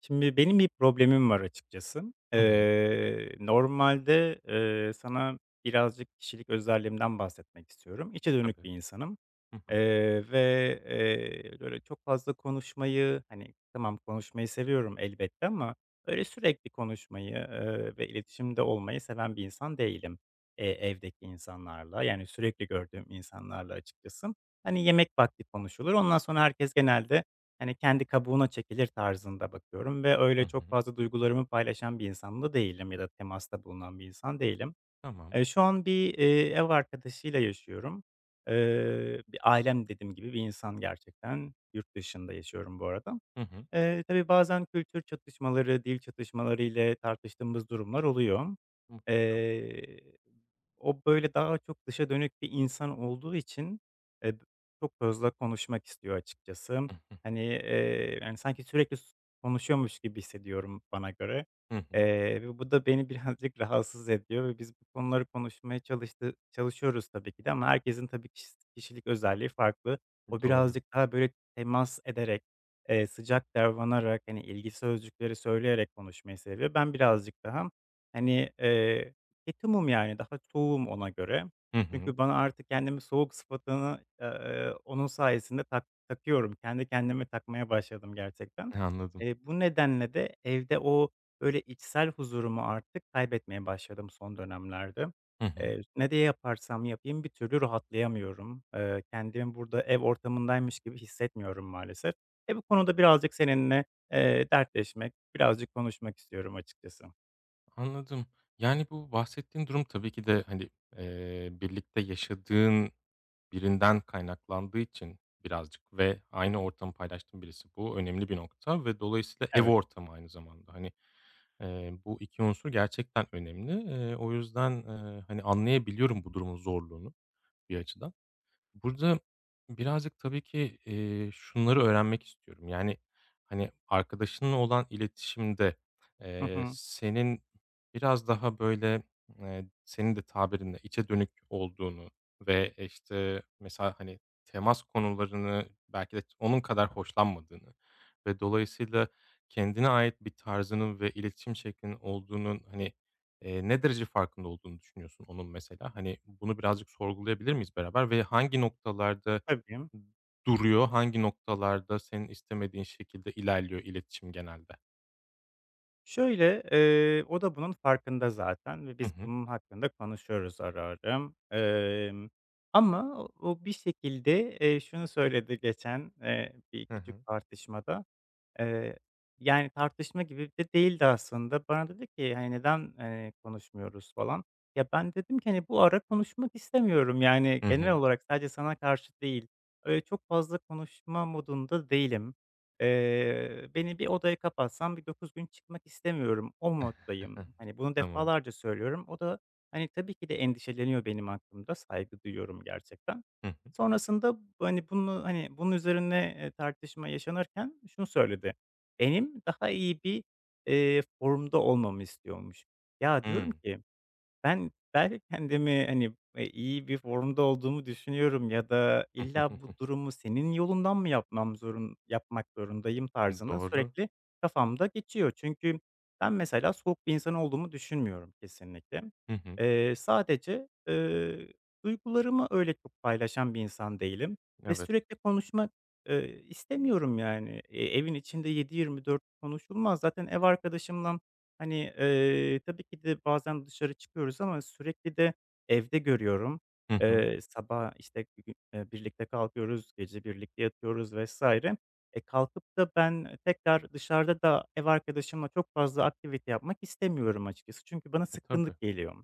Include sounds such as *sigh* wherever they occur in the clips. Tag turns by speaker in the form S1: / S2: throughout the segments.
S1: Şimdi benim bir problemim var açıkçası.
S2: Hı hı.
S1: Normalde, sana birazcık kişilik özelliğimden bahsetmek istiyorum. İçe dönük
S2: Tabii.
S1: bir insanım.
S2: Hı hı.
S1: Eee, ve, böyle, çok fazla konuşmayı, hani, tamam konuşmayı seviyorum elbette ama öyle sürekli konuşmayı, ve iletişimde olmayı seven bir insan değilim, evdeki insanlarla, yani, sürekli gördüğüm insanlarla açıkçası. Hani, yemek vakti konuşulur, ondan sonra herkes genelde, hani, kendi kabuğuna çekilir tarzında bakıyorum ve
S2: Hı
S1: öyle çok
S2: hı.
S1: fazla duygularımı paylaşan bir insan da değilim ya da temasta bulunan bir insan değilim.
S2: Tamam.
S1: Şu an bir, ev arkadaşıyla yaşıyorum. Bir ailem dediğim gibi bir insan gerçekten. Yurt dışında yaşıyorum bu arada.
S2: Hı hı.
S1: Tabii bazen kültür çatışmaları, dil çatışmaları ile tartıştığımız durumlar oluyor.
S2: Hı.
S1: Eee, o, böyle, daha çok dışa dönük bir insan olduğu için, eee, çok fazla konuşmak istiyor açıkçası.
S2: Hı hı.
S1: Hani, yani, sanki sürekli konuşuyormuş gibi hissediyorum bana göre.
S2: Hı
S1: Ve bu da beni *laughs* birazcık rahatsız ediyor ve biz bu konuları konuşmaya çalışıyoruz tabii ki de ama herkesin tabii kişilik özelliği farklı. O
S2: Doğru.
S1: birazcık daha, böyle, temas ederek sıcak davranarak, hani, ilgi sözcükleri söyleyerek konuşmayı seviyor. Ben birazcık daha, hani, ketumum, yani, daha soğuğum ona göre.
S2: Hı hı.
S1: Çünkü bana artık kendimi soğuk sıfatını, onun sayesinde takıyorum. Kendi kendime takmaya başladım gerçekten.
S2: Anladım.
S1: Bu nedenle de evde o, böyle, içsel huzurumu artık kaybetmeye başladım son dönemlerde.
S2: Hı hı.
S1: Ne de yaparsam yapayım bir türlü rahatlayamıyorum. Kendimi burada ev ortamındaymış gibi hissetmiyorum maalesef. E, bu konuda birazcık seninle, dertleşmek, birazcık konuşmak istiyorum açıkçası.
S2: Anladım. Yani, bu bahsettiğin durum tabii ki de, hani, birlikte yaşadığın birinden kaynaklandığı için birazcık ve aynı ortamı paylaştığın birisi. Bu önemli bir nokta ve dolayısıyla ev
S1: Evet.
S2: ortamı aynı zamanda. Hani, bu 2 unsur gerçekten önemli. O yüzden, hani, anlayabiliyorum bu durumun zorluğunu bir açıdan. Burada birazcık tabii ki, şunları öğrenmek istiyorum. Yani, hani, arkadaşınla olan iletişimde,
S1: Hı hı.
S2: senin biraz daha, böyle, senin de tabirinle içe dönük olduğunu ve, işte, mesela, hani, temas konularını belki de onun kadar hoşlanmadığını ve dolayısıyla kendine ait bir tarzının ve iletişim şeklinin olduğunun, hani, ne derece farkında olduğunu düşünüyorsun onun mesela? Hani, bunu birazcık sorgulayabilir miyiz beraber ve hangi noktalarda
S1: Tabii.
S2: duruyor, hangi noktalarda senin istemediğin şekilde ilerliyor iletişim genelde?
S1: Şöyle, o da bunun farkında zaten ve
S2: Hı
S1: biz
S2: hı.
S1: bunun hakkında konuşuyoruz ara ara. Emm, ama o bir şekilde, şunu söyledi geçen, bir
S2: Hı
S1: küçük
S2: hı.
S1: tartışmada. Eee, yani, tartışma gibi de değildi aslında. Bana dedi ki, hani, "Neden, konuşmuyoruz?" falan. Ya, ben dedim ki, hani, "Bu ara konuşmak istemiyorum. Yani,
S2: Hı
S1: genel
S2: hı.
S1: olarak sadece sana karşı değil. Öyle çok fazla konuşma modunda değilim. Beni bir odaya kapatsam bir 9 gün çıkmak istemiyorum. O
S2: *laughs*
S1: moddayım." Hani, bunu
S2: Tamam.
S1: defalarca söylüyorum. O da, hani, tabii ki de endişeleniyor benim hakkımda. Saygı duyuyorum gerçekten.
S2: Hı hı.
S1: Sonrasında, hani, bunu, hani, bunun üzerine, tartışma yaşanırken şunu söyledi: "Benim daha iyi bir, formda olmamı istiyormuş." Ya, diyorum
S2: Hımm.
S1: ki ben belki kendimi, hani, iyi bir formda olduğumu düşünüyorum ya da illa bu
S2: *laughs*
S1: durumu senin yolundan mı yapmam zorun yapmak zorundayım tarzında
S2: Doğru.
S1: sürekli kafamda geçiyor. Çünkü ben mesela soğuk bir insan olduğumu düşünmüyorum kesinlikle.
S2: Hı hı.
S1: Eee, sadece, eee, duygularımı öyle çok paylaşan bir insan değilim ve
S2: Evet.
S1: sürekli konuşmak, istemiyorum yani. Evin içinde 7/24 konuşulmaz. Zaten ev arkadaşımla hani, tabii ki de bazen dışarı çıkıyoruz ama sürekli de evde görüyorum.
S2: Hı hı.
S1: Sabah, işte, bir gün, birlikte kalkıyoruz, gece birlikte yatıyoruz vesaire. E, kalkıp da ben tekrar dışarıda da ev arkadaşımla çok fazla aktivite yapmak istemiyorum açıkçası. Çünkü bana
S2: E, tabii.
S1: sıkkınlık geliyor.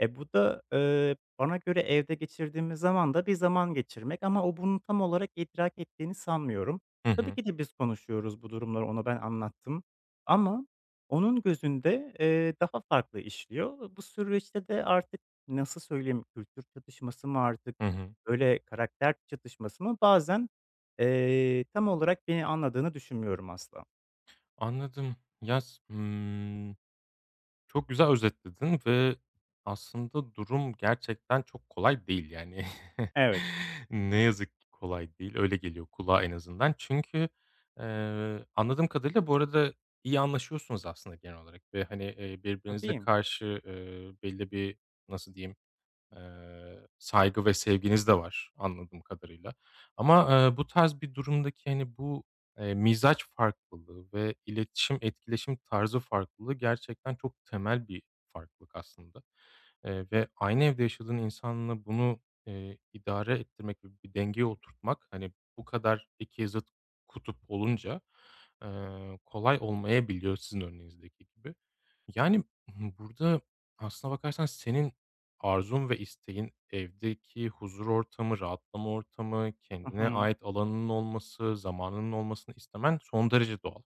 S1: E, bu da, bana göre evde geçirdiğimiz zaman da bir zaman geçirmek ama o bunu tam olarak idrak ettiğini sanmıyorum.
S2: Hı
S1: Tabii
S2: hı.
S1: ki de biz konuşuyoruz bu durumları, ona ben anlattım ama onun gözünde, daha farklı işliyor. Bu süreçte de artık nasıl söyleyeyim, kültür çatışması mı artık,
S2: Hı hı.
S1: böyle, karakter çatışması mı bazen, tam olarak beni anladığını düşünmüyorum asla.
S2: Anladım. Yaz. Çok güzel özetledin ve aslında durum gerçekten çok kolay değil yani. *laughs*
S1: Evet,
S2: Ne yazık ki kolay değil. Öyle geliyor kulağa en azından. Çünkü, anladığım kadarıyla bu arada iyi anlaşıyorsunuz aslında genel olarak ve, hani, birbirinize
S1: tabii.
S2: karşı, belli bir, nasıl diyeyim, saygı ve sevginiz de var anladığım kadarıyla. Ama, bu tarz bir durumdaki, hani, bu, mizaç farklılığı ve iletişim, etkileşim tarzı farklılığı gerçekten çok temel bir farklılık aslında, ve aynı evde yaşadığın insanla bunu, idare ettirmek ve bir dengeye oturtmak, hani, bu kadar 2 zıt kutup olunca, kolay olmayabiliyor sizin örneğinizdeki gibi. Yani, burada aslına bakarsan senin arzun ve isteğin evdeki huzur ortamı, rahatlama ortamı,
S1: Hı
S2: kendine
S1: hı.
S2: ait alanının olması, zamanının olmasını istemen son derece doğal.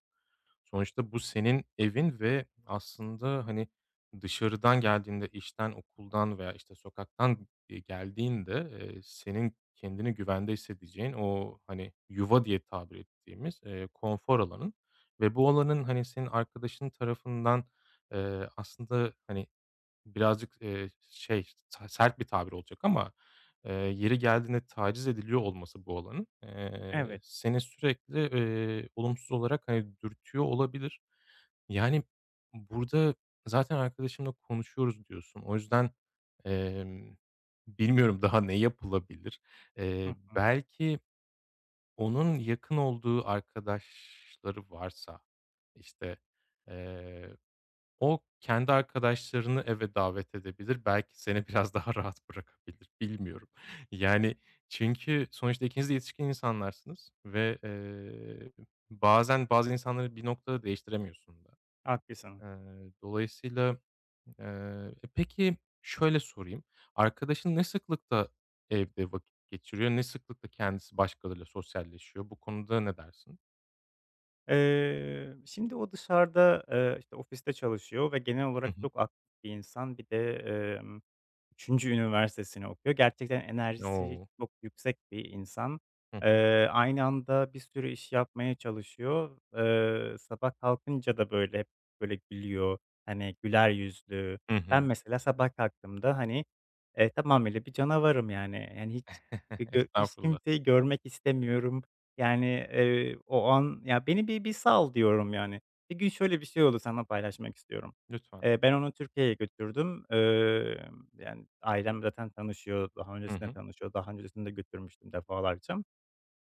S2: Sonuçta bu senin evin ve aslında, hani, dışarıdan geldiğinde, işten, okuldan veya, işte, sokaktan, geldiğinde, senin kendini güvende hissedeceğin o, hani, yuva diye tabir ettiğimiz, konfor alanın ve bu alanın, hani, senin arkadaşın tarafından, aslında, hani, Birazcık, şey, sert bir tabir olacak ama, yeri geldiğinde taciz ediliyor olması bu alanın,
S1: Evet.
S2: seni sürekli, olumsuz olarak, hani, dürtüyor olabilir. Yani, burada zaten arkadaşınla konuşuyoruz diyorsun. O yüzden, emm, bilmiyorum daha ne yapılabilir?
S1: Hı hı.
S2: Belki onun yakın olduğu arkadaşları varsa, işte, eee o kendi arkadaşlarını eve davet edebilir. Belki seni *laughs* biraz daha rahat bırakabilir. Bilmiyorum. *laughs* Yani, çünkü sonuçta ikiniz de yetişkin insanlarsınız ve, bazen bazı insanları bir noktada değiştiremiyorsun da.
S1: Haklısın.
S2: Dolayısıyla, eee, peki şöyle sorayım. Arkadaşın ne sıklıkta evde vakit geçiriyor? Ne sıklıkta kendisi başkalarıyla sosyalleşiyor? Bu konuda ne dersin?
S1: Şimdi o dışarıda, işte, ofiste çalışıyor ve genel
S2: Hı
S1: olarak
S2: hı.
S1: çok aktif bir insan. Bir de, üçüncü üniversitesini okuyor. Gerçekten enerjisi
S2: O!
S1: çok yüksek bir insan.
S2: Hı hı.
S1: Aynı anda bir sürü iş yapmaya çalışıyor. Sabah kalkınca da böyle hep böyle gülüyor. Hani güler yüzlü.
S2: Hı
S1: Ben
S2: hı.
S1: mesela sabah kalktığımda hani, tamamıyla bir canavarım yani. Yani hiç
S2: *laughs*
S1: gö hiç
S2: Estağfurullah.
S1: kimseyi görmek istemiyorum. Yani, o an ya, "Beni bir sal." diyorum yani. Bir gün şöyle bir şey oldu sana paylaşmak istiyorum.
S2: Lütfen.
S1: Ben onu Türkiye'ye götürdüm. Yani, ailem zaten tanışıyor, daha
S2: Hı
S1: öncesinde
S2: hı.
S1: tanışıyor. Daha öncesinde de götürmüştüm defalarca.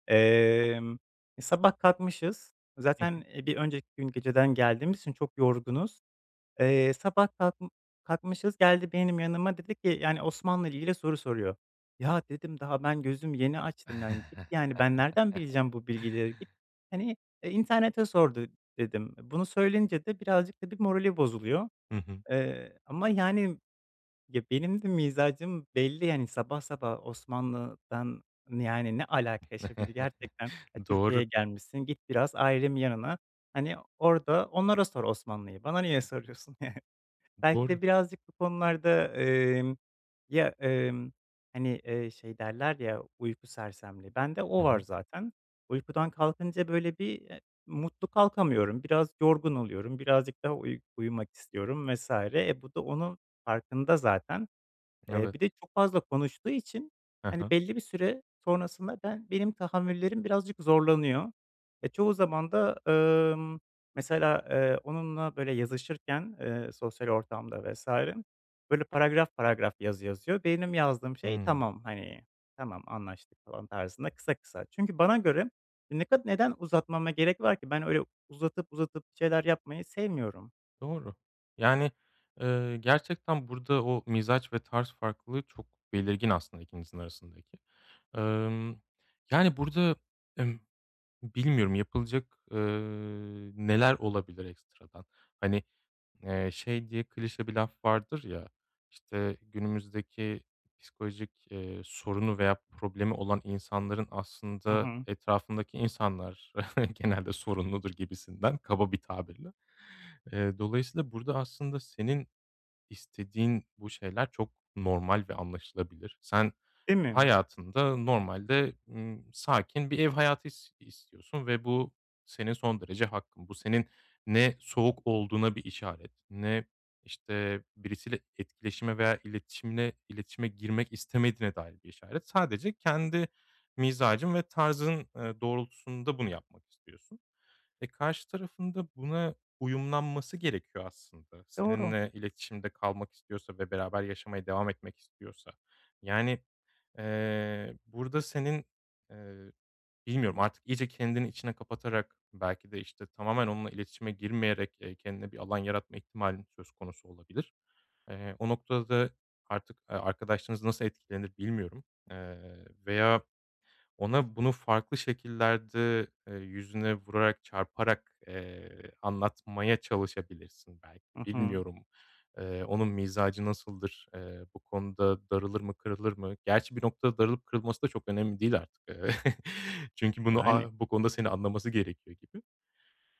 S1: Emm, sabah kalkmışız.
S2: Hı
S1: Zaten,
S2: hı.
S1: bir önceki gün geceden geldiğimiz için çok yorgunuz. Sabah kalkmışız, geldi benim yanıma dedi ki, yani, Osmanlı ile ilgili soru soruyor. Ya, dedim, daha ben gözümü yeni açtım, yani, git, yani, ben nereden bileceğim bu bilgileri? Git, hani, internete sordu dedim. Bunu söyleyince de birazcık tabii morali bozuluyor.
S2: Hı hı.
S1: Ama yani, ya, benim de mizacım belli, yani, sabah sabah Osmanlı'dan, yani, ne alaka şimdi gerçekten?
S2: *laughs*
S1: E, Türkiye'ye
S2: Doğru,
S1: gelmişsin, git biraz ailemin yanına. Hani, orada onlara sor Osmanlı'yı, bana niye soruyorsun *laughs* yani? Belki
S2: doğru.
S1: de birazcık bu konularda, ya, hani, şey derler ya, uyku sersemliği. Bende
S2: Hı
S1: o var
S2: hı.
S1: zaten. Uykudan kalkınca böyle bir, mutlu kalkamıyorum. Biraz yorgun oluyorum. Birazcık daha uyumak istiyorum vesaire. E, bu da onun farkında zaten.
S2: Evet.
S1: Bir de çok fazla konuştuğu için,
S2: Hı
S1: hani,
S2: hı.
S1: belli bir süre sonrasında benim tahammüllerim birazcık zorlanıyor. E, çoğu zaman da, ımm, mesela, onunla böyle yazışırken, sosyal ortamda vesaire böyle paragraf paragraf yazı yazıyor. Benim yazdığım şey
S2: Hımm.
S1: "Tamam, hani, tamam anlaştık." falan tarzında kısa kısa. Çünkü bana göre ne kad neden uzatmama gerek var ki? Ben öyle uzatıp uzatıp şeyler yapmayı sevmiyorum.
S2: Doğru. Yani, gerçekten burada o mizaç ve tarz farklılığı çok belirgin aslında ikinizin arasındaki. Emm, yani, burada, emm, bilmiyorum yapılacak, neler olabilir ekstradan? Hani şey diye klişe bir laf vardır ya, işte, günümüzdeki psikolojik, sorunu veya problemi olan insanların
S1: Hı
S2: aslında
S1: hı.
S2: etrafındaki insanlar *laughs* genelde sorunludur gibisinden kaba bir tabirle. Dolayısıyla burada aslında senin istediğin bu şeyler çok normal ve anlaşılabilir. Sen
S1: Değil mi?
S2: Hayatında normalde, sakin bir ev hayatı istiyorsun ve bu senin son derece hakkın. Bu senin ne soğuk olduğuna bir işaret, ne, işte, birisiyle etkileşime veya iletişime girmek istemediğine dair bir işaret. Sadece kendi mizacın ve tarzın, doğrultusunda bunu yapmak istiyorsun. E, karşı tarafın da buna uyumlanması gerekiyor aslında.
S1: Doğru.
S2: Seninle iletişimde kalmak istiyorsa ve beraber yaşamaya devam etmek istiyorsa. Yani burada senin, eee, bilmiyorum artık iyice kendini içine kapatarak belki de, işte, tamamen onunla iletişime girmeyerek, kendine bir alan yaratma ihtimalin söz konusu olabilir. O noktada da artık, arkadaşlığınız nasıl etkilenir bilmiyorum, veya ona bunu farklı şekillerde, yüzüne vurarak, çarparak, anlatmaya çalışabilirsin
S1: Hı
S2: belki.
S1: hı.
S2: Bilmiyorum, onun mizacı nasıldır? Bu konuda darılır mı, kırılır mı? Gerçi bir noktada darılıp kırılması da çok önemli değil artık. *laughs* çünkü bunu
S1: Yani.
S2: a bu konuda seni anlaması gerekiyor gibi.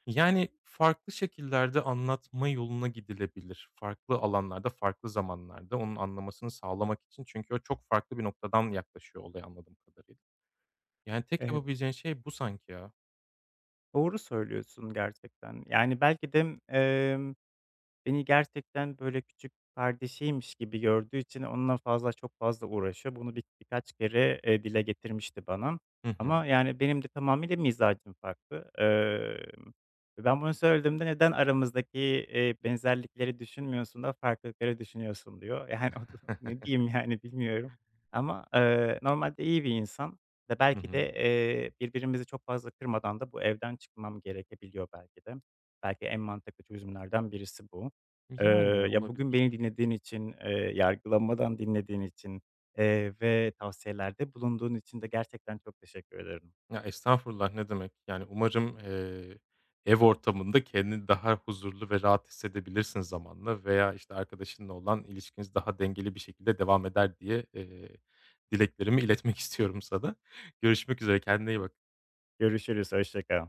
S2: Yani, farklı şekillerde anlatma yoluna gidilebilir. Farklı alanlarda, farklı zamanlarda onun anlamasını sağlamak için. Çünkü o çok farklı bir noktadan yaklaşıyor olaya anladığım kadarıyla. Yani, tek yapabileceğin şey bu sanki ya.
S1: Doğru söylüyorsun gerçekten. Yani belki de, emm, beni gerçekten, böyle, küçük kardeşiymiş gibi gördüğü için onunla çok fazla uğraşıyor. Bunu birkaç kere, dile getirmişti bana
S2: Hı hı.
S1: ama, yani, benim de tamamıyla mizacım farklı. Ben bunu söylediğimde "Neden aramızdaki, benzerlikleri düşünmüyorsun da farklılıkları düşünüyorsun?" diyor. *laughs* Yani, o da *laughs* ne
S2: *laughs*
S1: diyeyim, yani, bilmiyorum ama, normalde iyi bir insan ve
S2: Hı
S1: belki
S2: hı.
S1: de, birbirimizi çok fazla kırmadan da bu evden çıkmam gerekebiliyor belki de. Belki en mantıklı çözümlerden birisi bu.
S2: Yani,
S1: Ya, bugün beni
S2: olabilir.
S1: dinlediğin için, yargılamadan dinlediğin için, ve tavsiyelerde bulunduğun için de gerçekten çok teşekkür ederim.
S2: Ya, estağfurullah, ne demek. Yani, umarım, ev ortamında kendini daha huzurlu ve rahat hissedebilirsin zamanla veya, işte, arkadaşınla olan ilişkiniz daha dengeli bir şekilde devam eder diye, dileklerimi iletmek *laughs* istiyorum sana. Görüşmek üzere, kendine iyi bak.
S1: Görüşürüz, hoşça kal.